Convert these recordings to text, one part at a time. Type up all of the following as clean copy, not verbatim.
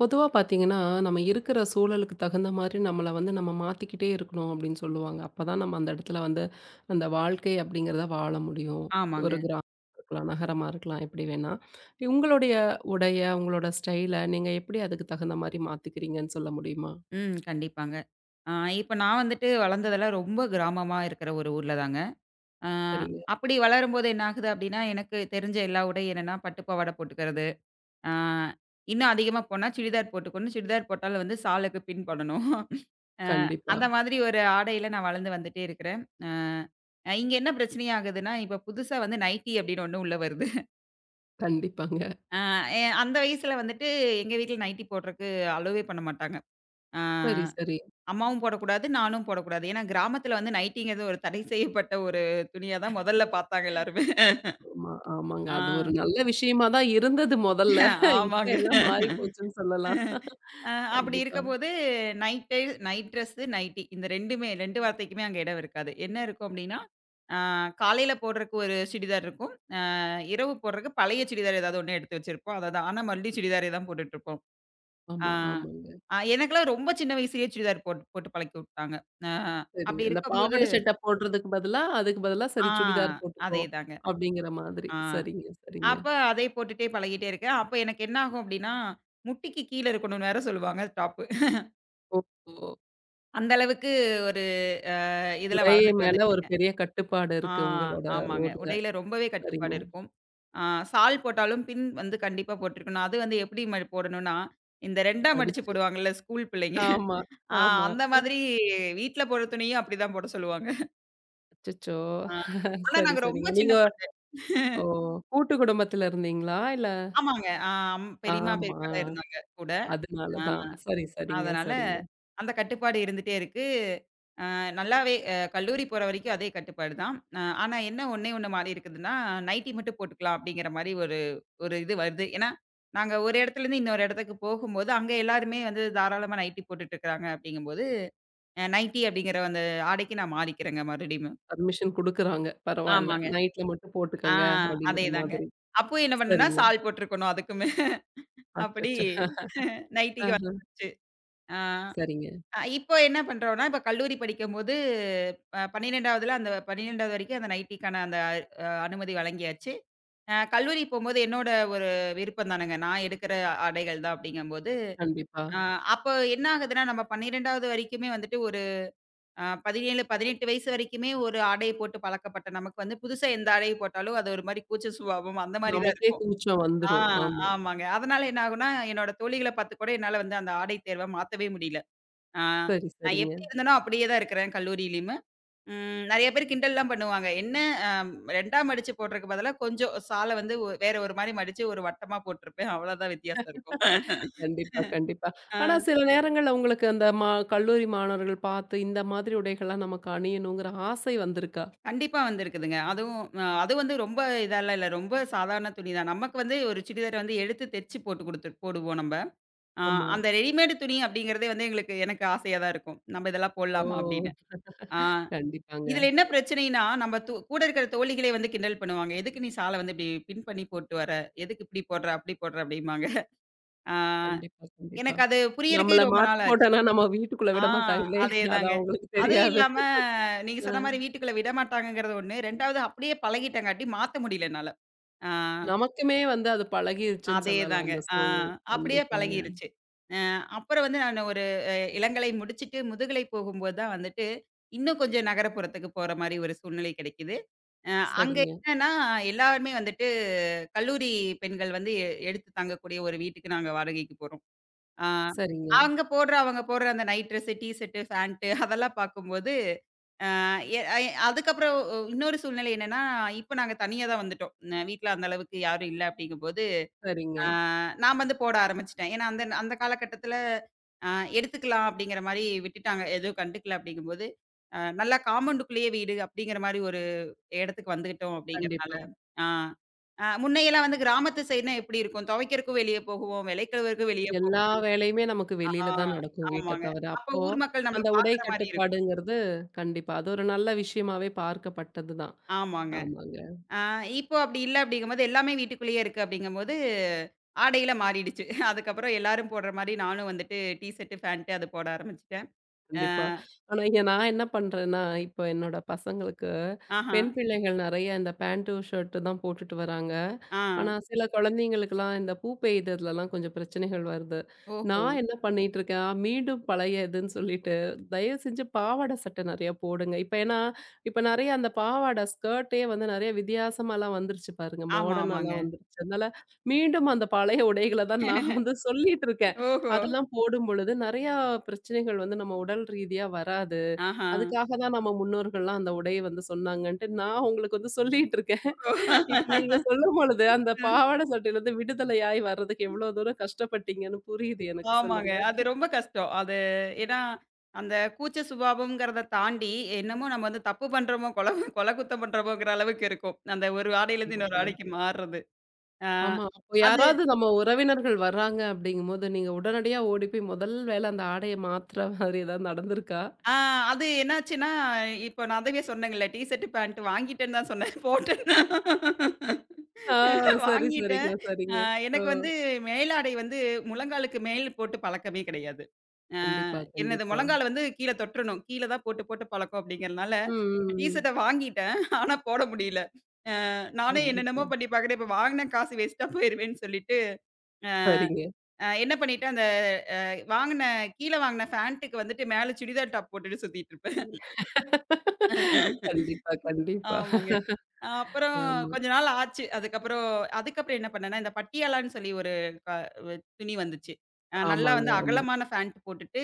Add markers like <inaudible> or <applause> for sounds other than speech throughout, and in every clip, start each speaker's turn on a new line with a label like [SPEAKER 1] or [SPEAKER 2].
[SPEAKER 1] பொதுவாக பார்த்தீங்கன்னா நம்ம இருக்கிற சூழலுக்கு தகுந்த மாதிரி நம்மளை வந்து நம்ம மாற்றிக்கிட்டே இருக்கணும் அப்படின்னு சொல்லுவாங்க. அப்போ தான் நம்ம அந்த இடத்துல வந்து அந்த வாழ்க்கை அப்படிங்கிறத வாழ முடியும்.
[SPEAKER 2] ஆமாங்க.
[SPEAKER 1] ஒரு கிராமம் இருக்கலாம், நகரமாக இருக்கலாம், எப்படி வேணா உங்களுடைய உடைய உங்களோட ஸ்டைலை நீங்கள் எப்படி அதுக்கு தகுந்த மாதிரி மாற்றிக்கிறீங்கன்னு சொல்ல முடியுமா?
[SPEAKER 2] ம். கண்டிப்பாங்க. ஆ இப்ப நான் வந்துட்டு வளர்ந்ததெல்லாம் ரொம்ப கிராமமா இருக்கிற ஒரு ஊர்ல தாங்க. ஆ
[SPEAKER 1] சரிங்க.
[SPEAKER 2] அப்படி வளரும்போது என்ன ஆகுது அப்படின்னா, எனக்கு தெரிஞ்ச எல்லா உடையும் என்னன்னா, பட்டு பாவாடை போட்டுக்கிறது. ஆ இன்னும் அதிகமா போனா சுடிதார் போட்டுக்கணும். சுடிதார் போட்டாலும் வந்து சாலுக்கு பின் பண்ணணும். அ
[SPEAKER 1] கண்டிப்பா.
[SPEAKER 2] அந்த மாதிரி ஒரு ஆடையில நான் வளர்ந்து வந்துட்டே இருக்கிறேன். இங்க என்ன பிரச்சனை ஆகுதுன்னா, இப்ப புதுசா வந்து நைட்டி அப்படின்னு ஒண்ணு உள்ள வருது.
[SPEAKER 1] கண்டிப்பாங்க.
[SPEAKER 2] ஆ எ அந்த வயசுல வந்துட்டு எங்க வீட்ல நைட்டி போடுறக்கு அலோவே பண்ண மாட்டாங்க. ஆ.
[SPEAKER 1] சரி சரி.
[SPEAKER 2] அம்மாவும் போடக்கூடாது, நானும் போடக்கூடாது. ஏன்னா கிராமத்துல வந்து நைட்டிங்கிறது ஒரு தடை செய்யப்பட்ட ஒரு துணியா தான் முதல்ல பாத்தாங்க எல்லாருமே.
[SPEAKER 1] ஆமா, ஆமாங்க,
[SPEAKER 2] ஆ
[SPEAKER 1] அது ஒரு நல்ல விஷயமா தான் இருந்தது முதல்ல. இப்ப
[SPEAKER 2] ஆமாங்க.
[SPEAKER 1] எல்லாம் மாறி போச்சுன்னு சொல்லலாம்.
[SPEAKER 2] அ அப்படி
[SPEAKER 1] கண்டிப்பா.
[SPEAKER 2] இருக்கம்போது நைட்டு, நைட் ட்ரெஸ்ஸு, நைட்டி இந்த 2மே 2 வார்த்தைக்குமே அங்க இடம் இருக்காது. என்ன இருக்கும் அப்படின்னா, அ காலையில போடுறக்கு ஒரு சுடிதார் இருக்கும். இரவு போடுறக்கு பழைய சுடிதார் ஏதாவது ஒண்ணு எடுத்து வச்சிருப்போம். அத தான் ஆனா மறுபடியும் சுடிதாரே தான் போட்டுட்டுருப்போம். ஆ
[SPEAKER 1] ஆமா, ஆமாங்க.
[SPEAKER 2] அ எனக்கெல்லாம் ரொம்ப சின்ன வயசுலயே சுடிதார் போட்டு போட்டு பழக்கி விட்டாங்க. அ
[SPEAKER 1] சரிங்க.
[SPEAKER 2] அப்படி
[SPEAKER 1] அந்த
[SPEAKER 2] இருக்கும்போது
[SPEAKER 1] பாவாடை சட்டை போடுறதுக்கு பதிலா, அதுக்கு பதிலா சரி
[SPEAKER 2] ஆ
[SPEAKER 1] சுடிதார் போட்டுக்கோ,
[SPEAKER 2] அதேதாங்க.
[SPEAKER 1] அப்படிங்கிற மாதிரி.
[SPEAKER 2] ஆ.
[SPEAKER 1] சரிங்க, சரிங்க.
[SPEAKER 2] அப்ப அதே போட்டுட்டே பழகிட்டே இருக்கேன். அப்ப எனக்கு என்ன ஆகும் அப்டின்னா, முட்டிக்கு கீழ இருக்கணும்னு வேற சொல்லுவாங்க டாப்பு.
[SPEAKER 1] ஓஹோ!
[SPEAKER 2] அந்த அளவுக்கு ஒரு அ இதுல
[SPEAKER 1] உடை
[SPEAKER 2] வளர்ந்துட்டு
[SPEAKER 1] மேல ஒரு
[SPEAKER 2] வந்துட்டுருக்கேன்.
[SPEAKER 1] பெரிய கட்டுப்பாடு
[SPEAKER 2] ஆ
[SPEAKER 1] இருக்கு உங்களோட
[SPEAKER 2] ஆமாங்க.
[SPEAKER 1] ஊர்ல.
[SPEAKER 2] உடையில ரொம்பவே கட்டுப்பாடு
[SPEAKER 1] சரிங்க.
[SPEAKER 2] இருக்கும். ஆ சால் போட்டாலும் பின் வந்து கண்டிப்பா போட்டுருக்கணும். அது வந்து எப்படி போடணும்னா, இந்த 2ஆ மடிச்சு
[SPEAKER 1] படிச்சு
[SPEAKER 2] போடுவாங்கல்ல ஸ்கூல் பிள்ளைங்க.
[SPEAKER 1] ஆமா,
[SPEAKER 2] ஆ
[SPEAKER 1] ஆமா.
[SPEAKER 2] அந்த மாதிரி வீட்ல போடுற துணியும் அப்படிதான் போட சொல்லுவாங்க.
[SPEAKER 1] அச்சச்சோ!
[SPEAKER 2] ஆ. ஆனா
[SPEAKER 1] சரி,
[SPEAKER 2] நாங்க ரொம்ப
[SPEAKER 1] சரிங்க.
[SPEAKER 2] சின்ன
[SPEAKER 1] நீங்க
[SPEAKER 2] பொண்ணு.
[SPEAKER 1] ஓ கூட்டு குடும்பத்துல இருந்தீங்களா இல்ல?
[SPEAKER 2] ஆமாங்க. பெரியம்மா,
[SPEAKER 1] ஆமா.
[SPEAKER 2] பெரியப்பாலாம் இருந்தாங்க கூட.
[SPEAKER 1] அதனால
[SPEAKER 2] ஆ.
[SPEAKER 1] தான். சரி, சரிங்க,
[SPEAKER 2] அதனால,
[SPEAKER 1] சரிங்க.
[SPEAKER 2] அந்த கட்டுப்பாடு இருந்துட்டே இருக்கு. நல்லாவே கல்லூரி போற வரைக்கும் அதே கட்டுப்பாடு தான். ஆனா என்ன ஒண்ணே ஒண்ணு மாறி இருக்குதுன்னா, நைட்டி மட்டும் போட்டுக்கலாம் அப்படிங்கிற மாரி ஒரு ஒரு இது வருது. ஏன்னா, நாங்க ஒரு இடத்துலருந்து இன்னொரு இடத்துக்கு போகும்போது, அங்க எல்லாருமே வந்து தாராளமா நைட்டி போட்டுட்டு இருக்காங்க அப்படிங்கும்போது, நைட்டி அப்படிங்கிற அந்த ஆடைக்கு நான் மாறிக்கிறேங்க மறுபடியும்.
[SPEAKER 1] பர்மிஷன் குடுக்குறாங்க. பரவால்ல.
[SPEAKER 2] ஆமாங்க.
[SPEAKER 1] நைட்ல மட்டும்
[SPEAKER 2] ஆ
[SPEAKER 1] போட்டுக்கங்க அப்படிங்கிற
[SPEAKER 2] அதேதாங்க.
[SPEAKER 1] மாதிரி.
[SPEAKER 2] அப்போ என்ன பண்ணேன்னா,
[SPEAKER 1] சரிங்க.
[SPEAKER 2] சால் போட்டுருக்கணும் அதுக்குமே. அப்படி
[SPEAKER 1] அச்சச்சோ!
[SPEAKER 2] நைட்டிக்கு
[SPEAKER 1] ஆஹ.
[SPEAKER 2] வந்துருச்சு. ஆ.
[SPEAKER 1] சரிங்க.
[SPEAKER 2] இப்போ என்ன பண்றோம்னா, இப்ப கல்லூரி படிக்கும்போது 12வதுல அந்த 12வது வரைக்கும் அந்த நைட்டிக்கான அந்த அனுமதி வழங்கியாச்சு. கல்லூரி போம்போது என்னோட ஒரு விருப்பம் தானங்க. நான் எடுக்கிற ஆடைகள் தான் அப்படிங்கும்போது,
[SPEAKER 1] கண்டிப்பா.
[SPEAKER 2] அ அப்போ என்ன ஆகுதுன்னா, நம்ம 12வது வரைக்குமே வந்துட்டு ஒரு அ 17, 18 வயசு வரைக்குமே ஒரு ஆடைய போட்டு பழக்கப்பட்ட நமக்கு வந்து புதுசா எந்த ஆடைய போட்டாலும் அது ஒரு மாரி கூச்ச சுபாவம் அந்த மாரி தான்
[SPEAKER 1] நமக்கே
[SPEAKER 2] இருக்கும்.
[SPEAKER 1] கூச்சம்
[SPEAKER 2] ஆ
[SPEAKER 1] வந்துரும். ஆமா.
[SPEAKER 2] ஆமாங்க. அதனால என்ன ஆகும்னா, என்னோட தோழிகள பார்த்து கூட என்னால வந்து அந்த ஆடை தேர்வ மாத்தவே முடியல. ஆ.
[SPEAKER 1] சரி,
[SPEAKER 2] நான்
[SPEAKER 1] சரிங்க.
[SPEAKER 2] எப்படி இருந்தேனோ அப்படியே தான் இருக்கிறேன் கல்லூரியிலயுமே. ம். நெறைய பேர் கிண்டல்லாம் பண்ணுவாங்க. என்ன அ 2ஆ மடிச்சு போடுறதுக்கு பதிலா கொஞ்சம் சால வந்து வேற ஒரு மாரி மடிச்சு ஒரு வட்டமா போட்டிருப்பேன். அவ்வளோதான் வித்தியாசம் இருக்கும்.
[SPEAKER 1] கண்டிப்பா, கண்டிப்பா. ஆனா
[SPEAKER 2] ஆ
[SPEAKER 1] சில நேரங்கள்ல உங்களுக்கு அந்த மா கல்லூரி மாணவர்கள் பார்த்து இந்த மாதிரி உடைகள்லாம் நமக்கு அணியணுங்கிற ஆசை வந்திருக்கா?
[SPEAKER 2] கண்டிப்பா வந்திருக்குதுங்க. அதுவும் அது வந்து ரொம்ப இதெல்லாம் இல்ல. ரொம்ப சாதாரண துணி தான். நமக்கு வந்து ஒரு சுடிதார வந்து எடுத்து தைச்சு போட்டு குடுத்து போடுவோம் நம்ப. ஆ
[SPEAKER 1] ஆமா.
[SPEAKER 2] அந்த ரெடிமேடு துணி அப்படிங்கிறதே வந்து எனக்கு ஆசையா தான் இருக்கும். நம்ம இதெல்லாம்
[SPEAKER 1] ஓ!
[SPEAKER 2] போடலாமா அப்படின்னு. ஆ.
[SPEAKER 1] கண்டிப்பாங்க.
[SPEAKER 2] இதுல என்ன பிரச்சனைன்னா, நம்ம கூட இருக்கிற தோழிகளே வந்து கிண்டல் பண்ணுவாங்க. "எதுக்கு நீ சால வந்து இப்படி பின் பண்ணி போட்டு வர? எதுக்கு இப்படி போடுற? அப்படி போடுற?" அப்படிம்பாங்க. ஆ
[SPEAKER 1] கண்டிப்பா, கண்டிப்பா.
[SPEAKER 2] எனக்கு அது புரியறக்கே
[SPEAKER 1] நம்மள
[SPEAKER 2] ரொம்ப
[SPEAKER 1] மாத்தி
[SPEAKER 2] நாள் ஆச்சு.
[SPEAKER 1] போட்டோம்னா நம்ம வீட்டுக்குள்ள
[SPEAKER 2] ஆ
[SPEAKER 1] விட மாட்டாங்களே! அது
[SPEAKER 2] அதேதாங்க.
[SPEAKER 1] அவங்களுக்கு
[SPEAKER 2] அதுவும்
[SPEAKER 1] தெரியாது.
[SPEAKER 2] இல்லாம நீங்க சொன்ன
[SPEAKER 1] அ
[SPEAKER 2] மாரி வீட்டுக்குள்ள விடமாட்டாங்கங்கிறது ஒண்ணு. 2வது அப்படியே பழகிட்டங்காட்டி மாத்த முடியல என்னால. ஆ.
[SPEAKER 1] நமக்குமே வந்து அது பழகிருச்சுன்னு சொல்லலாம்
[SPEAKER 2] அதேதாங்க.
[SPEAKER 1] அந்த சூழ்நிலை.
[SPEAKER 2] அப்படியே
[SPEAKER 1] கண்டிப்பாங்க.
[SPEAKER 2] பழகிருச்சு. அ அப்புறம் வந்து நான் ஒரு அ இளங்கலை முடிச்சுட்டு முதுகலை போகும்போது தான் வந்துட்டு, இன்னும் கொஞ்சம் நகரப்புறத்துக்கு போற மாரி ஒரு சூழ்நிலை கிடைக்குது. அ அங்க
[SPEAKER 1] சரிங்க,
[SPEAKER 2] என்னன்னா, எல்லாருமே வந்துட்டு கல்லூரி பெண்கள் வந்து எடுத்து தங்கக்கூடிய ஒரு வீட்டுக்கு நாங்க வாடகைக்கு போறோம். ஆ
[SPEAKER 1] சரிங்க,
[SPEAKER 2] அங்க அவங்க போடுற அந்த night dress, T shirt, pant அதெல்லாம் பார்க்கும்போது, அ எ ஐ அதுக்கப்புறம் இன்னொரு சூழ்நிலை என்னன்னா, இப்ப நாங்க தனியா தான் வந்துட்டோம். வீட்ல அந்த அளவுக்கு யாரும் இல்ல அப்படிங்கும்போது
[SPEAKER 1] சரிங்க.
[SPEAKER 2] ஆ நான் வந்து போட ஆரம்பிச்சுட்டேன். ஏன்னா அந்த அந்த காலகட்டத்தில அ எடுத்துக்கலாம் அப்படிங்கிற மாரி விட்டுட்டாங்க. எதுவும் கண்டுக்கல அப்படிங்கும்போது, நல்லா காம்பவுண்டுக்குள்ளேயே வீடு அப்படிங்கிற மாரி ஒரு இடத்துக்கு வந்துட்டோம் அப்படிங்கிறனால,
[SPEAKER 1] கண்டிப்பா.
[SPEAKER 2] ஆ அ முன்னையெல்லாம் வந்து கிராமத்து சைடுனா எப்படி இருக்கும்? துவைக்கிறதுக்கும் வெளிய போகுவோம், விலைக்கழுவறதுக்கும் வெளிய போவோம்.
[SPEAKER 1] எல்லா வேலையுமே நமக்கு
[SPEAKER 2] ஆ
[SPEAKER 1] வெளியில தான் நடக்கும், வீட்ட
[SPEAKER 2] ஆமாங்க.
[SPEAKER 1] தவிர.
[SPEAKER 2] அப்போ
[SPEAKER 1] அப்போ
[SPEAKER 2] ஊர் மக்கள் நம்மள
[SPEAKER 1] அந்த உடை
[SPEAKER 2] பார்க்குற மாரி இருக்கும்.
[SPEAKER 1] கட்டுப்பாடுங்கிறது கண்டிப்பா, அது ஒரு நல்ல விஷயமாவே பார்க்கப்பட்டது தான்.
[SPEAKER 2] ஆமாங்க.
[SPEAKER 1] ஆமாங்க.
[SPEAKER 2] ஆ இப்போ அப்படி இல்ல அப்படிங்கும்போது, எல்லாமே வீட்டுக்குள்ளேயே இருக்கு அப்படிங்கும்போது, ஆடையில மாறிடுச்சு. அதுக்கப்புறம் எல்லாரும் போடுற மாரி நானும் வந்துட்டு டீ ஷர்ட், ஃபேண்ட் அது போட ஆரம்பிச்சுட்டேன். அ,
[SPEAKER 1] கண்டிப்பா. ஆனா, இங்க நான் என்ன பண்றேன்னா, இப்ப என்னோட பசங்களுக்கு
[SPEAKER 2] ஆஹா.
[SPEAKER 1] பெண் பிள்ளைகள் நெறைய இந்த பேண்ட்டு, ஷர்ட்டு தான் போட்டுட்டு வராங்க.
[SPEAKER 2] ஆ.
[SPEAKER 1] ஆனா, சில குழந்தைங்களுக்கெல்லாம் இந்த பூ பெய்ததுலலாம் கொஞ்சம் பிரச்சனைகள் வருது.
[SPEAKER 2] ஓஹோ!
[SPEAKER 1] நான் என்ன பண்ணிட்டுருக்கேன், மீண்டும் பழைய இதுன்னு சொல்லிட்டு, தயவு செஞ்சு பாவாடை சட்டை நெறைய போடுங்க. இப்ப ஏன்னா, இப்ப நெறைய அந்த பாவாடை, ஸ்கர்ட்டே வந்து நெறைய வித்தியாசமாலாம் வந்துருச்சு பாருங்க.
[SPEAKER 2] ஆமா, ஆமாங்க.
[SPEAKER 1] மாடர்னாலாம் வந்துருச்சு. அதனால, மீண்டும் அந்த பழைய உடைகள தான் நான் வந்து சொல்லிட்டுருக்கேன்.
[SPEAKER 2] ஓஹோ!
[SPEAKER 1] அதெல்லாம் போடும் பொழுது நெறையா பிரச்சனைகள் வந்து நம்ம உடல் ரீதியா வராது.
[SPEAKER 2] ஆஹா.
[SPEAKER 1] அதுக்காக தான் நம்ம முன்னோர்கள்லாம் அந்த உடைய வந்து சொன்னாங்கன்ட்டு நான் உங்களுக்கு வந்து சொல்லிட்டு இருக்கேன். இப்ப நீங்க சொல்லும் பொழுது அந்த
[SPEAKER 2] ஓ!
[SPEAKER 1] பாவாட சட்டையிலருந்து விடுதலையாய் வர்றதுக்கு எவ்வளோ தூரம் கஷ்டப்பட்டீங்கன்னு புரியுது எனக்கு,
[SPEAKER 2] ஆமாங்க.
[SPEAKER 1] சொல்லுங்க.
[SPEAKER 2] அது ரொம்ப கஷ்டம். அது ஏன்னா, அந்த கூச்ச சுபாவம்ங்கிறத தாண்டி, என்னமோ நம்ம வந்து தப்பு பண்றோமோ, கொல கொல குத்தம் பண்றோமோங்கிற அளவுக்கு இருக்கும். அந்த ஒரு ஆடையிலேருந்து இன்னொரு
[SPEAKER 1] ஆமாங்க.
[SPEAKER 2] ஆடைக்கு மாறுறது. ஆ
[SPEAKER 1] ஆமா. அப்போ
[SPEAKER 2] அது
[SPEAKER 1] யாராவது நம்ம உறவினர்கள் வர்றாங்க அப்படிங்கும்போது, நீங்க உடனடியா ஓடி போய் முதல் வேல அந்த ஆடைய மாத்துற மாதிரி ஏதாவது நடந்திருக்கா?
[SPEAKER 2] ஆ அது என்னாச்சுன்னா, இப்போ நான் அதுவே சொன்னேங்கல்ல, டீ ஷர்ட், பேண்ட் வாங்கிட்டேன்னு தான் சொன்னேன்.
[SPEAKER 1] ஆ சரி, சரிங்க,
[SPEAKER 2] வாங்கிட்டேன். அ
[SPEAKER 1] சரிங்க. ஓ!
[SPEAKER 2] எனக்கு வந்து மேலாடை வந்து முழங்காலுக்கு மேல் போட்டு பழக்கமே கிடையாது. அ
[SPEAKER 1] கண்டிப்பா,
[SPEAKER 2] என்னது
[SPEAKER 1] கண்டிப்பா.
[SPEAKER 2] முழங்கால வந்து கீழ தொட்டுறணும். கீழ தான் போட்டு போட்டு பழக்கம் அப்படிங்கிறனால,
[SPEAKER 1] ம்,
[SPEAKER 2] இப்ப
[SPEAKER 1] ம்,
[SPEAKER 2] டீ
[SPEAKER 1] ம்.
[SPEAKER 2] ஷர்ட்ட வாங்கிட்டேன். ஆனா போட முடியல. அ நானே
[SPEAKER 1] கண்டிப்பா.
[SPEAKER 2] என்னென்னமோ பண்ணி பார்க்குறேன். இப்ப வாங்குன காசு வேஸ்ட்டா போயிருவேன்னு சொல்லிட்டு,
[SPEAKER 1] சரிங்க.
[SPEAKER 2] என்ன பண்ணிட்டேன், அந்த அ வாங்குன கீழ வாங்குன ஃபேண்ட்டுக்கு வந்துட்டு மேல சுடிதார் டாப் போட்டுட்டு சுத்திட்டு இருப்பேன்.
[SPEAKER 1] கண்டிப்பா, கண்டிப்பா.
[SPEAKER 2] ஆமாங்க. அப்புறம்
[SPEAKER 1] ஆமா.
[SPEAKER 2] கொஞ்ச நாள் ஆச்சு. அதுக்கப்புறம் அதுக்கப்புறம் என்ன பண்ணேன்னா, இந்த பட்டியாலான்னு சொல்லி ஒரு க வ துணி வந்துச்சு. நல்லா
[SPEAKER 1] ஆமாங்க,
[SPEAKER 2] வந்து
[SPEAKER 1] ஆமா.
[SPEAKER 2] அகலமான ஃபேண்ட் போட்டுட்டு,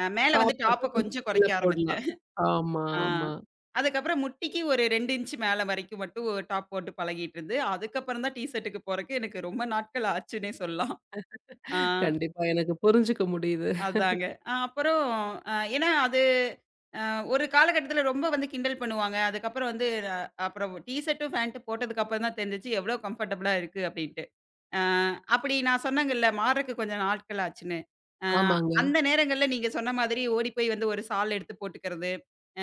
[SPEAKER 2] மேல வந்து
[SPEAKER 1] டாப் மட்டும்
[SPEAKER 2] டாப்ப
[SPEAKER 1] கொஞ்சம்
[SPEAKER 2] கொஞ்சம்
[SPEAKER 1] கீழ
[SPEAKER 2] குறைக்க
[SPEAKER 1] போடலாம்.
[SPEAKER 2] ஆரம்பிச்சேன்.
[SPEAKER 1] ஆமா,
[SPEAKER 2] ஆ.
[SPEAKER 1] ஆமா.
[SPEAKER 2] அதுக்கப்புறம் முட்டிக்கு ஒரு 2 இன்ச் மேல வரைக்கும் மட்டும் டாப் போட்டு பழகிட்டு இருந்து, அதுக்கப்புறம் தான் டீ ஷர்ட்டுக்கு போறக்கு எனக்கு ரொம்ப நாட்கள் ஆச்சுன்னே சொல்லலாம். ஆ.
[SPEAKER 1] கண்டிப்பா எனக்கு புரிஞ்சுக்க முடியுது.
[SPEAKER 2] அதாங்க. அ அப்புறம் அ ஏன்னா அது அ ஒரு காலகட்டத்தில ரொம்ப வந்து கிண்டல் பண்ணுவாங்க. அதுக்கப்புறம் வந்து அ அப்புறம் டீ ஷர்ட்டும், ஃபேண்ட்டும் போட்டதுக்கு அப்புறம் தான் தெரிஞ்சுச்சு எவ்வளோ கம்ஃபர்டபுளா இருக்கு அப்டின்ட்டு. அ அப்படி நான் சொன்னேங்கல்ல, மாறுறக்கு கொஞ்சம் நாட்கள் ஆச்சுன்னு. அ
[SPEAKER 1] ஆமாங்க.
[SPEAKER 2] அந்த நேரங்கள்ல நீங்க சொன்ன மாதிரி ஓடி போய் வந்து ஒரு ஷால் எடுத்து போட்டுக்கிறது.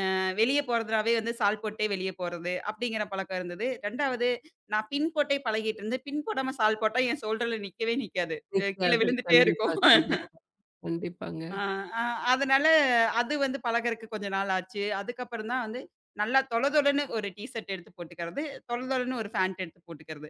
[SPEAKER 2] வெளிய போறதுனாவே வந்து ஷால் போட்டே வெளிய போறது. அப்படிங்கிற பழக்கம் இருந்தது. 2வது நான் பின் போட்டே பழகிட்டு இருந்தேன். பின் போடாம ஷால் போட்டா என் ஷோல்டர்ல நிக்கவே நிக்காது. கீழ
[SPEAKER 1] நிக்காது.
[SPEAKER 2] விழுந்துட்டே
[SPEAKER 1] கண்டிப்பா,
[SPEAKER 2] இருக்கும்.
[SPEAKER 1] கண்டிப்பா. கண்டிப்பாங்க.
[SPEAKER 2] ஆ, ஆ, அதனால அது வந்து பழகுறதுக்கு கொஞ்ச நாள் ஆச்சு. அதுக்கப்புறம் தான் வந்து நல்லா தொள தொளன்னு ஒரு டீ ஷர்ட் எடுத்து போட்டுக்கிறது. தொள தொளன்னு ஒரு ஃபேண்ட் எடுத்து போட்டுக்கிறது.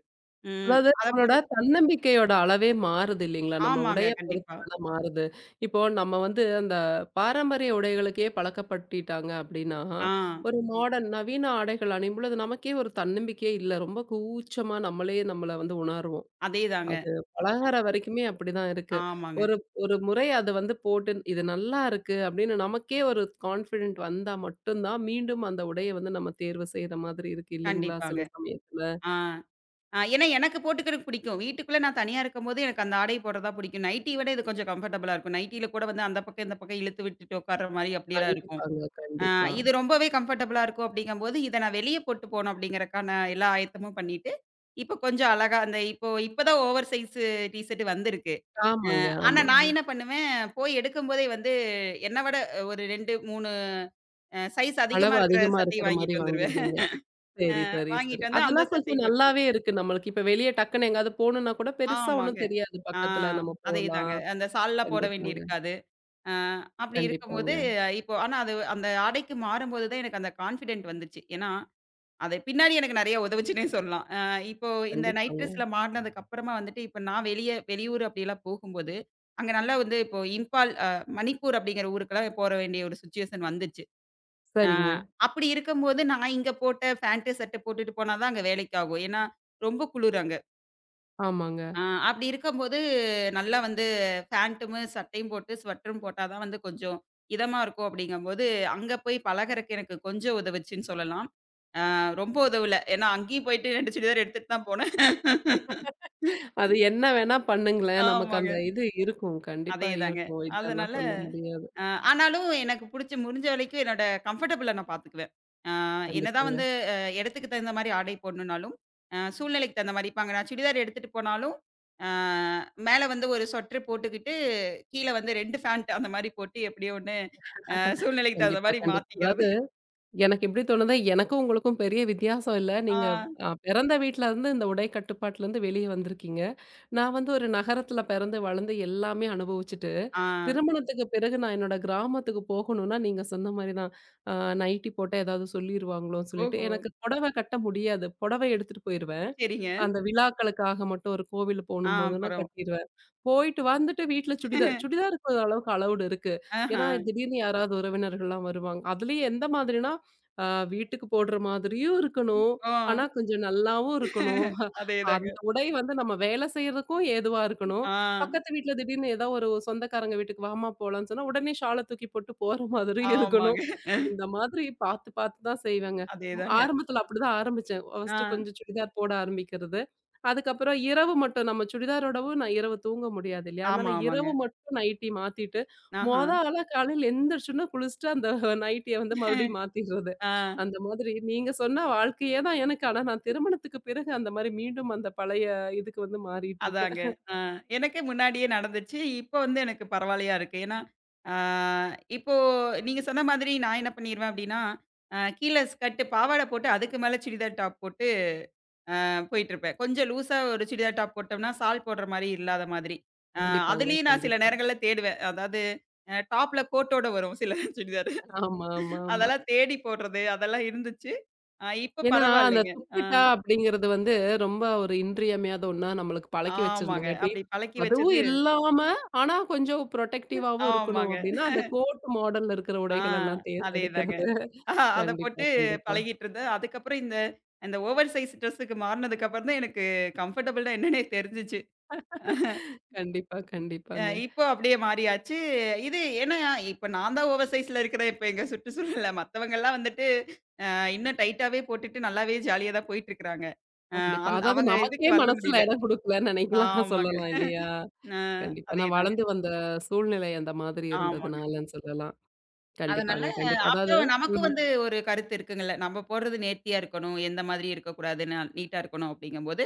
[SPEAKER 2] ம்.
[SPEAKER 1] அதாவது
[SPEAKER 2] அத
[SPEAKER 1] நம்மளோட
[SPEAKER 2] போட்டு
[SPEAKER 1] தன்னம்பிக்கையோட அளவே மாறுது இல்லைங்களா? நம்ம
[SPEAKER 2] ஆமாங்க.
[SPEAKER 1] உடைய பொறுத்து
[SPEAKER 2] கண்டிப்பா.
[SPEAKER 1] தான மாறுது. இப்போ நம்ம வந்து அந்த பாரம்பரிய உடைகளுக்கே பழக்கப்பட்டுட்டாங்க அப்படின்னா,
[SPEAKER 2] ஆ.
[SPEAKER 1] ஒரு மாடர்ன் நவீன ஆடைகள் அணியும் பொழுது நமக்கே ஒரு தன்னம்பிக்கையே இல்ல. ரொம்ப கூச்சமா நம்மளே நம்மள வந்து உணருவோம்.
[SPEAKER 2] அதேதாங்க.
[SPEAKER 1] அது பலகார வரைக்குமே அப்படிதான் இருக்கு.
[SPEAKER 2] ஆமாங்க.
[SPEAKER 1] ஒரு ஒரு முறை அத வந்து போட்டு இது நல்லாருக்கு அப்படின்னு நமக்கே ஒரு கான்ஃபிடென்ட் வந்தா மட்டும் தான் மீண்டும் அந்த உடைய வந்து நம்ம தேர்வு செய்ற மாதிரி இருக்கு இல்லைங்களா? சில
[SPEAKER 2] கண்டிப்பாங்க.
[SPEAKER 1] சமயத்துல.
[SPEAKER 2] ஆ. ஏன்னா எனக்கு போட்டுக்கிறக்கு பிடிக்கும். வீட்டுக்குள்ள நான் தனியா இருக்கும்போது எனக்கு அந்த ஆடைய போடுறதா பிடிக்கும். நைட்டி விட இது கொஞ்சம் கம்ஃபர்டபுளா இருக்கும். நைட்டியில கூட வந்து அந்த பக்கம் இந்த பக்கம் இழுத்து விட்டுட்டு உட்கார்ற மாரி அப்படியெல்லாம் இருக்கும்.
[SPEAKER 1] கண்டிப்பாங்க,
[SPEAKER 2] ஆ
[SPEAKER 1] கண்டிப்பா.
[SPEAKER 2] இது ரொம்பவே கம்ஃபர்டபுளா இருக்கும் அப்படிங்கம்போது, இத நான் வெளிய போட்டு போணும் அப்படிங்கிறக்கான எல்லா ஆயத்தமும் பண்ணிட்டு, இப்போ கொஞ்சம் அழகா அந்த இப்ப தான் ஓவர் சைஸ் டீ ஷர்ட் வந்திருக்கு.
[SPEAKER 1] ஆமாங்க,
[SPEAKER 2] ஆனா
[SPEAKER 1] ஆமா.
[SPEAKER 2] நான் என்ன பண்ணுவேன், போய் எடுக்கும்போதே வந்து என்ன விட ஒரு 2, 3 சைஸ்
[SPEAKER 1] அளவு
[SPEAKER 2] அதிகமா இருக்கிற
[SPEAKER 1] அதிகமா
[SPEAKER 2] சட்டைய
[SPEAKER 1] இருக்கிற மாரி
[SPEAKER 2] வாங்கிட்டு வந்துருவேன்.
[SPEAKER 1] வாங்கிருவீங்க. சரி, சரி, சரி.
[SPEAKER 2] வாங்கிட்டு வந்து அந்த
[SPEAKER 1] அதெல்லாம்
[SPEAKER 2] சட்டை
[SPEAKER 1] கொஞ்சம் நல்லாவே
[SPEAKER 2] போட்டுக்குவேன்.
[SPEAKER 1] இருக்கு நம்மளுக்கு. இப்ப வெளிய டக்குன்னு எங்கயாவது போணும்னா கூட பெருசா
[SPEAKER 2] ஆமாங்க.
[SPEAKER 1] ஒண்ணும் தெரியாது,
[SPEAKER 2] ஆ
[SPEAKER 1] பக்கத்துல நம்ம
[SPEAKER 2] அதேதாங்க.
[SPEAKER 1] போலாம்.
[SPEAKER 2] அந்த சால்ல்லாம் போட வேண்டி
[SPEAKER 1] கண்டிப்பாங்க,
[SPEAKER 2] இருக்காது. ஆ அப்படி இருக்கும்போது
[SPEAKER 1] கண்டிப்பாங்க,
[SPEAKER 2] இப்போ ஆனா அது அந்த ஆடைக்கு மாறும்போது தான் எனக்கு அந்த கான்ஃபிடென்ட் வந்துச்சு. ஏன்னா அது பின்னாடி எனக்கு நெறைய உதவுச்சுன்னே சொல்லலாம். இப்போ இந்த நைட்
[SPEAKER 1] கண்டிப்பாங்க.
[SPEAKER 2] ட்ரெஸ்ல மாட்னதுக்கு அப்புறமா வந்துட்டு, இப்ப நான் வெளிய வெளியூர் அப்படிலாம் போகும்போது, அங்க நல்லா வந்து இப்போ இம்பால் மணிப்பூர் அப்படிங்கிற ஊருக்கெல்லாம் போற வேண்டிய ஒரு சிச்சுவேஷன் வந்துச்சு. அ
[SPEAKER 1] சரிங்க.
[SPEAKER 2] அப்படி இருக்கும்போது நான் இங்க போட்ட பேண்ட், ஷர்ட் போட்டுட்டு போனா தான் அங்க வேலைக்கு ஆகும். ஏன்னா, ரொம்ப குளிர் அங்க.
[SPEAKER 1] ஆமாங்க.
[SPEAKER 2] அ அப்படி இருக்கும்போது நல்லா வந்து பேண்ட்டும், சட்டையும் போட்டு ஸ்வெட்டரும் போட்டா தான் வந்து கொஞ்சம் இதமா இருக்கும் அப்படிங்கும்போது, அங்க போய் பழகறக்கு எனக்கு கொஞ்சம் உதவுச்சுன்னு சொல்லலாம். ரொம்ப உதவல. ஏன்னா அங்கேயும் போயிட்டு 2 சுடிதார் எடுத்துட்டு தான் போனேன்.
[SPEAKER 1] அது என்ன வேணா பண்ணுங்களேன். நமக்கு
[SPEAKER 2] ஆமாங்க.
[SPEAKER 1] அந்த இது இருக்கும். கண்டிப்பா
[SPEAKER 2] அதேதாங்க.
[SPEAKER 1] இருக்கும். இல்லன்லாம்
[SPEAKER 2] அதனால
[SPEAKER 1] சொல்ல முடியாது.
[SPEAKER 2] அ ஆனாலும் எனக்கு புடிச்ச முடிஞ்ச வரைக்கும் என்னோட கம்ஃபர்டபுள நான் பாத்துக்குவேன். அ என்னதான்
[SPEAKER 1] கண்டிப்பாங்க.
[SPEAKER 2] வந்து இடத்துக்கு தகுந்த மாரி ஆடை போடணும்னாலும், சூழ்நிலைக்கு தகுந்த மாரி இப்ப அங்க நான் சுடிதார் எடுத்துட்டு போனாலும், அ மேல வந்து ஒரு ஸ்வெட்டர் போட்டுக்கிட்டு, கீழ வந்து 2 ஃபேண்ட் அந்த மாரி போட்டு எப்படியோ ஒண்ணு அ சூழ்நிலைக்கு தகுந்த
[SPEAKER 1] கண்டிப்பா,
[SPEAKER 2] மாரி
[SPEAKER 1] கண்டிப்பா.
[SPEAKER 2] மாத்திக்கிறது.
[SPEAKER 1] அதாவது எனக்கு எப்படி தோணுதோ, எனக்கும் உங்களுக்கும் பெரிய வித்தியாசம் இல்ல. நீங்க
[SPEAKER 2] ஆ,
[SPEAKER 1] பிறந்த வீட்ல இருந்து இந்த உடை கட்டுப்பாட்டுலருந்து வெளிய வந்திருக்கீங்க. நான் வந்து ஒரு நகரத்துல பிறந்து, வளர்ந்து எல்லாமே அனுபவிச்சுட்டு,
[SPEAKER 2] ஆ.
[SPEAKER 1] திருமணத்துக்கு பிறகு நான் என்னோட கிராமத்துக்கு போகணும்னா, நீங்க சொன்ன மாரி தான். அ நைட்டி போட்டா ஏதாவது சொல்லிருவாங்களோன்னு சொல்லிட்டு,
[SPEAKER 2] ஓஹோ!
[SPEAKER 1] எனக்கு புடவை கட்ட முடியாது. புடவை எடுத்துட்டு போயிருவேன்.
[SPEAKER 2] சரிங்க.
[SPEAKER 1] அந்த விழாக்களுக்காக மட்டும் ஒரு கோவில்
[SPEAKER 2] ஆ,
[SPEAKER 1] போணும் போதுன்னா
[SPEAKER 2] அப்புறம்.
[SPEAKER 1] கட்டிருவேன். போயிட்டு வந்துட்டு வீட்ல சுடிதார் சுடிதார் இருக்கிற அளவுக்கு அலவுட் இருக்கு.
[SPEAKER 2] ஆஹ.
[SPEAKER 1] ஏன்னா, திடீர்னு யாராவது உறவினர்கள்லாம் வருவாங்க. அதுலயும் எந்த மாதிரினா, அ வீட்டுக்கு போடுற மாதிரியும் இருக்கணும்.
[SPEAKER 2] ஓ!
[SPEAKER 1] ஆனா, கொஞ்சம் நல்லாவும் இருக்கணும்.
[SPEAKER 2] அதேதாங்க.
[SPEAKER 1] அந்த உடை வந்து நம்ம வேலை செய்றதுக்கும் ஏதுவா இருக்கணும்.
[SPEAKER 2] ஆ,
[SPEAKER 1] பக்கத்து வீட்ல திடீர்னு ஏதோ ஒரு சொந்தக்காரங்க வீட்டுக்கு வாம்மா போலான்னு சொன்னா, உடனே ஷால தூக்கி போட்டு போற மாதிரியும் இருக்கணும்.
[SPEAKER 2] ஆமாங்க.
[SPEAKER 1] இந்த மாதிரி பார்த்து பார்த்து தான் செய்வேங்க. ம்.
[SPEAKER 2] அதேதாங்க.
[SPEAKER 1] ஆரம்பத்துல அப்படிதான் ஆரம்பிச்சேன்.
[SPEAKER 2] ஆ,
[SPEAKER 1] ஃபர்ஸ்ட்டு கொஞ்சம் சுடிதார் போட ஆரம்பிக்கிறது. அதுக்கப்புறம் இரவு மட்டும் நம்ம சுடிதாரோடவும் நான் இரவு தூங்க முடியாது இல்லையா? அதனால
[SPEAKER 2] ஆமா, ஆமாங்க.
[SPEAKER 1] இரவு மட்டும் நைட்டி மாத்திட்டு,
[SPEAKER 2] ஆஹா.
[SPEAKER 1] மொத ஆளா காலையில எந்திரிச்சோன குளிச்சுட்டு அந்த நைட்டிய வந்து மறுபடியும் மாத்திடுறது.
[SPEAKER 2] ஆ,
[SPEAKER 1] அந்த மாதிரி நீங்க சொன்ன வாழ்க்கையே தான் எனக்கு. ஆனா நான் திருமணத்துக்கு பிறகு அந்த மாரி மீண்டும் அந்த பழைய இதுக்கு வந்து மாறிட்டு இருக்கேன்.
[SPEAKER 2] அதாங்க. ஆ, எனக்கே முன்னாடியே நடந்துச்சு. இப்ப வந்து எனக்கு பரவாயில்லையா இருக்கு. ஏன்னா, ஆ, இப்போ நீங்க சொன்ன மாதிரி நான் என்ன பண்ணிருவேன் அப்டின்னா, கீழ ஸ்கர்ட் பாவாடை போட்டு அதுக்கு மேல சுடிதார் டாப் போட்டு போயிட்டுருப்பேன். கொஞ்சம் லூஸா ஒரு சுடிதார் டாப் போட்டோம்னா, சால் போடுற மாரி இல்லாத மாதிரி. அ
[SPEAKER 1] கண்டிப்பாங்க,
[SPEAKER 2] அதுலயும் நான் சில
[SPEAKER 1] கண்டிப்பா.
[SPEAKER 2] நேரங்கள்ல தேடுவேன். அதாவது டாப்ல கோட்டோட வரும் சில சுடிதார்.
[SPEAKER 1] ஆமா, ஆமா, ஆமா.
[SPEAKER 2] அதெல்லாம் தேடி போடுறது, அதெல்லாம் இருந்துச்சு. இப்ப
[SPEAKER 1] ஏன்னா, அந்த
[SPEAKER 2] பரவாயில்லைங்க. ஆ
[SPEAKER 1] துப்பட்டா அப்படிங்கிறது வந்து ரொம்ப ஒரு இன்றியமையாத ஒண்ணா நம்மளுக்கு பழக்கி
[SPEAKER 2] ஆமாங்க.
[SPEAKER 1] வச்சிருந்தங்காட்டி,
[SPEAKER 2] அப்படி பழக்கி
[SPEAKER 1] அதுவும்
[SPEAKER 2] வச்சது
[SPEAKER 1] இல்லாம, ஆனா கொஞ்சம் புரொடெக்டிவாவும் இருக்கணும்
[SPEAKER 2] ஆமாங்க.
[SPEAKER 1] அப்படின்னா, அந்த கோட் மாடல்ல இருக்கிற
[SPEAKER 2] ஆ
[SPEAKER 1] உடைகள் எல்லாம்
[SPEAKER 2] அதேதாங்க.
[SPEAKER 1] தேர்ந்தெடுக்கிறது.
[SPEAKER 2] ஆஹா, அத
[SPEAKER 1] கண்டிப்பா,
[SPEAKER 2] போட்டு
[SPEAKER 1] கண்டிப்பா.
[SPEAKER 2] பழகிட்டு இருந்தேன். அதுக்கப்புறம் இந்த இந்த ஓவர் சைஸ் ட்ரெஸ்ஸுக்கு மாறுனதுக்கு அப்புறம் தான் எனக்கு கம்ஃபர்டபுள்னா என்னன்னே தெரிஞ்சுச்சு.
[SPEAKER 1] கண்டிப்பா, கண்டிப்பாங்க.
[SPEAKER 2] இப்போ அப்படியே மாறியாச்சு. இது ஏன்னா இப்ப நான் தான் ஓவர் சைஸ்ல இருக்கிறேன். இப்ப எங்க சுற்றுச்சூழல்ல மத்தவங்கலாம் வந்துட்டு இன்னும் டைட்டாவே போட்டுட்டு நல்லாவே ஜாலியா தான் போயிட்டு இருக்கிறாங்க. அ
[SPEAKER 1] கண்டிப்பா.
[SPEAKER 2] அந்
[SPEAKER 1] அதாவது
[SPEAKER 2] அவங்க இதுக்கு
[SPEAKER 1] நமக்கே
[SPEAKER 2] வரல
[SPEAKER 1] மனசுல
[SPEAKER 2] முடியல.
[SPEAKER 1] இடம் குடுக்கலன்னு நினைக்கலாம் <laughs>
[SPEAKER 2] ஆமாங்க.
[SPEAKER 1] சொல்லலாம் இல்லையா?
[SPEAKER 2] அ
[SPEAKER 1] கண்டிப்பா. நான்
[SPEAKER 2] அதேதாங்க.
[SPEAKER 1] வளர்ந்து வந்த சூழ்நிலை அந்த மாதிரி
[SPEAKER 2] ஆமா.
[SPEAKER 1] இருந்ததுனாலன்னு சொல்லலாம்.
[SPEAKER 2] அதனால,
[SPEAKER 1] கண்டிப்பாங்க, கண்டிப்பா. அதாவது
[SPEAKER 2] அப்புறம் நமக்கு
[SPEAKER 1] ம்.
[SPEAKER 2] வந்து ஒரு கருத்து இருக்குங்கல்ல. நம்ம போடுறது நேர்த்தியா இருக்கணும். எந்த மாதிரி இருக்கக்கூடாது. நான் நீட்டா இருக்கணும் அப்படிங்கும்போது,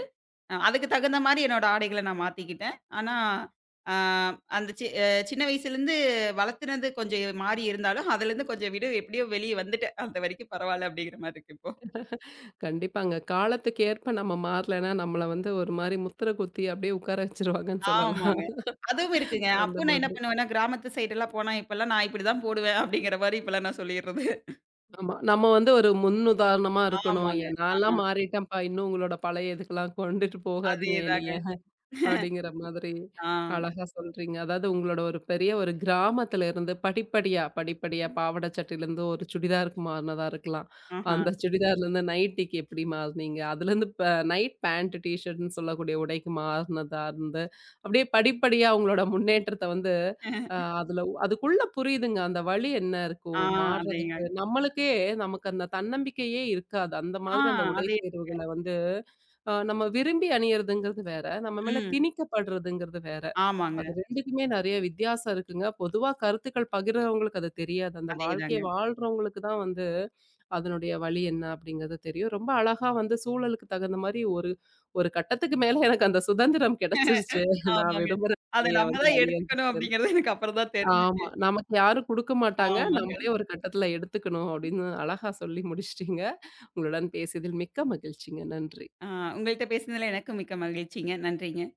[SPEAKER 2] அதுக்கு தகுந்த மாரி என்னோட ஆடைகள நான் மாத்திக்கிட்டேன். ஆனா, அ அந்த சி அ சின்ன வயசுலேருந்து வளர்த்துனது கொஞ்சம் மாறி இருந்தாலும், அதுலேருந்து கொஞ்சம் விடு எப்படியோ வெளிய வந்துட்டேன். அது வரைக்கும் பரவால்ல அப்படிங்கிற மாரி இருக்கு இப்போ.
[SPEAKER 1] கண்டிப்பாங்க. காலத்துக்கு ஏற்ப நம்ம மாறலன்னா, நம்மள வந்து ஒரு மாரி முத்திரை குத்தி அப்படியே உட்கார வச்சுருவாங்கன்னு சொல்லலாம்.
[SPEAKER 2] ஆமாங்க. அதுவும் இருக்குங்க.
[SPEAKER 1] அந்த
[SPEAKER 2] அப்போ நான் என்ன
[SPEAKER 1] மாதிரி.
[SPEAKER 2] பண்ணுவேன்னா, கிராமத்து சைடெல்லாம் போனா இப்பல்லாம் நான் இப்படிதான் போடுவேன் அப்படிங்கிற மாரி இப்பல்லாம் நான் சொல்லிர்றது.
[SPEAKER 1] ஆமா. நம்ம வந்து ஒரு முன்னுதாரணமா இருக்கணும்.
[SPEAKER 2] ஆமாங்க. ஆ
[SPEAKER 1] நான்லாம் மாறிட்டேன்ப்பா. இன்னும் உங்களோட பழைய இதுக்கெல்லாம் கொண்டுட்டு போகாதீங்க என்னைய.
[SPEAKER 2] அதேதாங்க.
[SPEAKER 1] அப்படிங்கிற மாதிரி
[SPEAKER 2] ஆ.
[SPEAKER 1] அழகா சொல்றீங்க. அதாவது உங்களோட ஒரு பெரிய ஒரு கிராமத்துல இருந்து படிப்படியா, படிப்படியா பாவாடை சட்டையிலேருந்து ஒரு சுடிதாருக்கு மாறுனதா இருக்கலாம்.
[SPEAKER 2] ஆஹா.
[SPEAKER 1] அந்த சுடிதார்லேருந்து நைட்டிக்கு எப்படி மாறுனீங்க? அதுலேருந்து ப நைட் பேண்ட், டீ ஷர்ட்ன்னு சொல்லக்கூடிய உடைக்கு மாறுனதா இருந்து, அப்படியே படிப்படியா உங்களோட முன்னேற்றத்த வந்து அதுக்குள்ள புரியுதுங்க. அந்த வழி என்ன
[SPEAKER 2] ஆ
[SPEAKER 1] இருக்கும்
[SPEAKER 2] அதேங்க.
[SPEAKER 1] மாறுறதுக்கு. நம்மளுக்கே நமக்கு அந்த தன்னம்பிக்கையே இருக்காது. அந்த
[SPEAKER 2] ஆ
[SPEAKER 1] மாதிரி அந்த உடை
[SPEAKER 2] அதே
[SPEAKER 1] தேர்வுகள வந்து நம்ம விரும்பி அணியறதுங்கிறது வேற, நம்ம மேல
[SPEAKER 2] ம்.
[SPEAKER 1] திணிக்கப்படுறதுங்கிறது வேற.
[SPEAKER 2] ஆமாங்க.
[SPEAKER 1] அது 2க்குமே நெறைய வித்தியாசம் இருக்குங்க. பொதுவா கருத்துக்கள் பகிர்றவங்களுக்கு அது தெரியாது. அந்த வாழ்க்கைய
[SPEAKER 2] அதேதாங்க.
[SPEAKER 1] வாழ்றவங்களுக்கு தான் வந்து அதனுடைய வலி என்ன அப்படிங்கிறது தெரியும். ரொம்ப அழகா வந்து சூழலுக்கு தகுந்த மாரி ஒரு ஒரு கட்டத்துக்கு மேல எனக்கு அந்த சுதந்திரம் கிடைச்சிருச்சு. நான்
[SPEAKER 2] ஆமாங்க.
[SPEAKER 1] விரும்புற
[SPEAKER 2] அத
[SPEAKER 1] உடைய
[SPEAKER 2] நம்ம
[SPEAKER 1] வந்து
[SPEAKER 2] தான் எடுத்துக்கணும்
[SPEAKER 1] அணியறதுக்கு.
[SPEAKER 2] அப்படிங்கிறது எனக்கு அப்புறம் தான்
[SPEAKER 1] ஆமா.
[SPEAKER 2] தெரிஞ்சுச்சு.
[SPEAKER 1] நமக்கு யாரும் குடுக்க மாட்டாங்க.
[SPEAKER 2] ஆமாங்க.
[SPEAKER 1] நம்மளே ஒரு கட்டத்துல எடுத்துக்கணும் அப்படின்னு அழகா சொல்லி முடிச்சுட்டீங்க. உங்களுடன் பேசியதில் மிக்க மகிழ்ச்சிங்க. நன்றி.
[SPEAKER 2] ஆ உங்கள்ட்ட பேசினதுல எனக்கும் மிக்க மகிழ்ச்சிங்க. நன்றிங்க.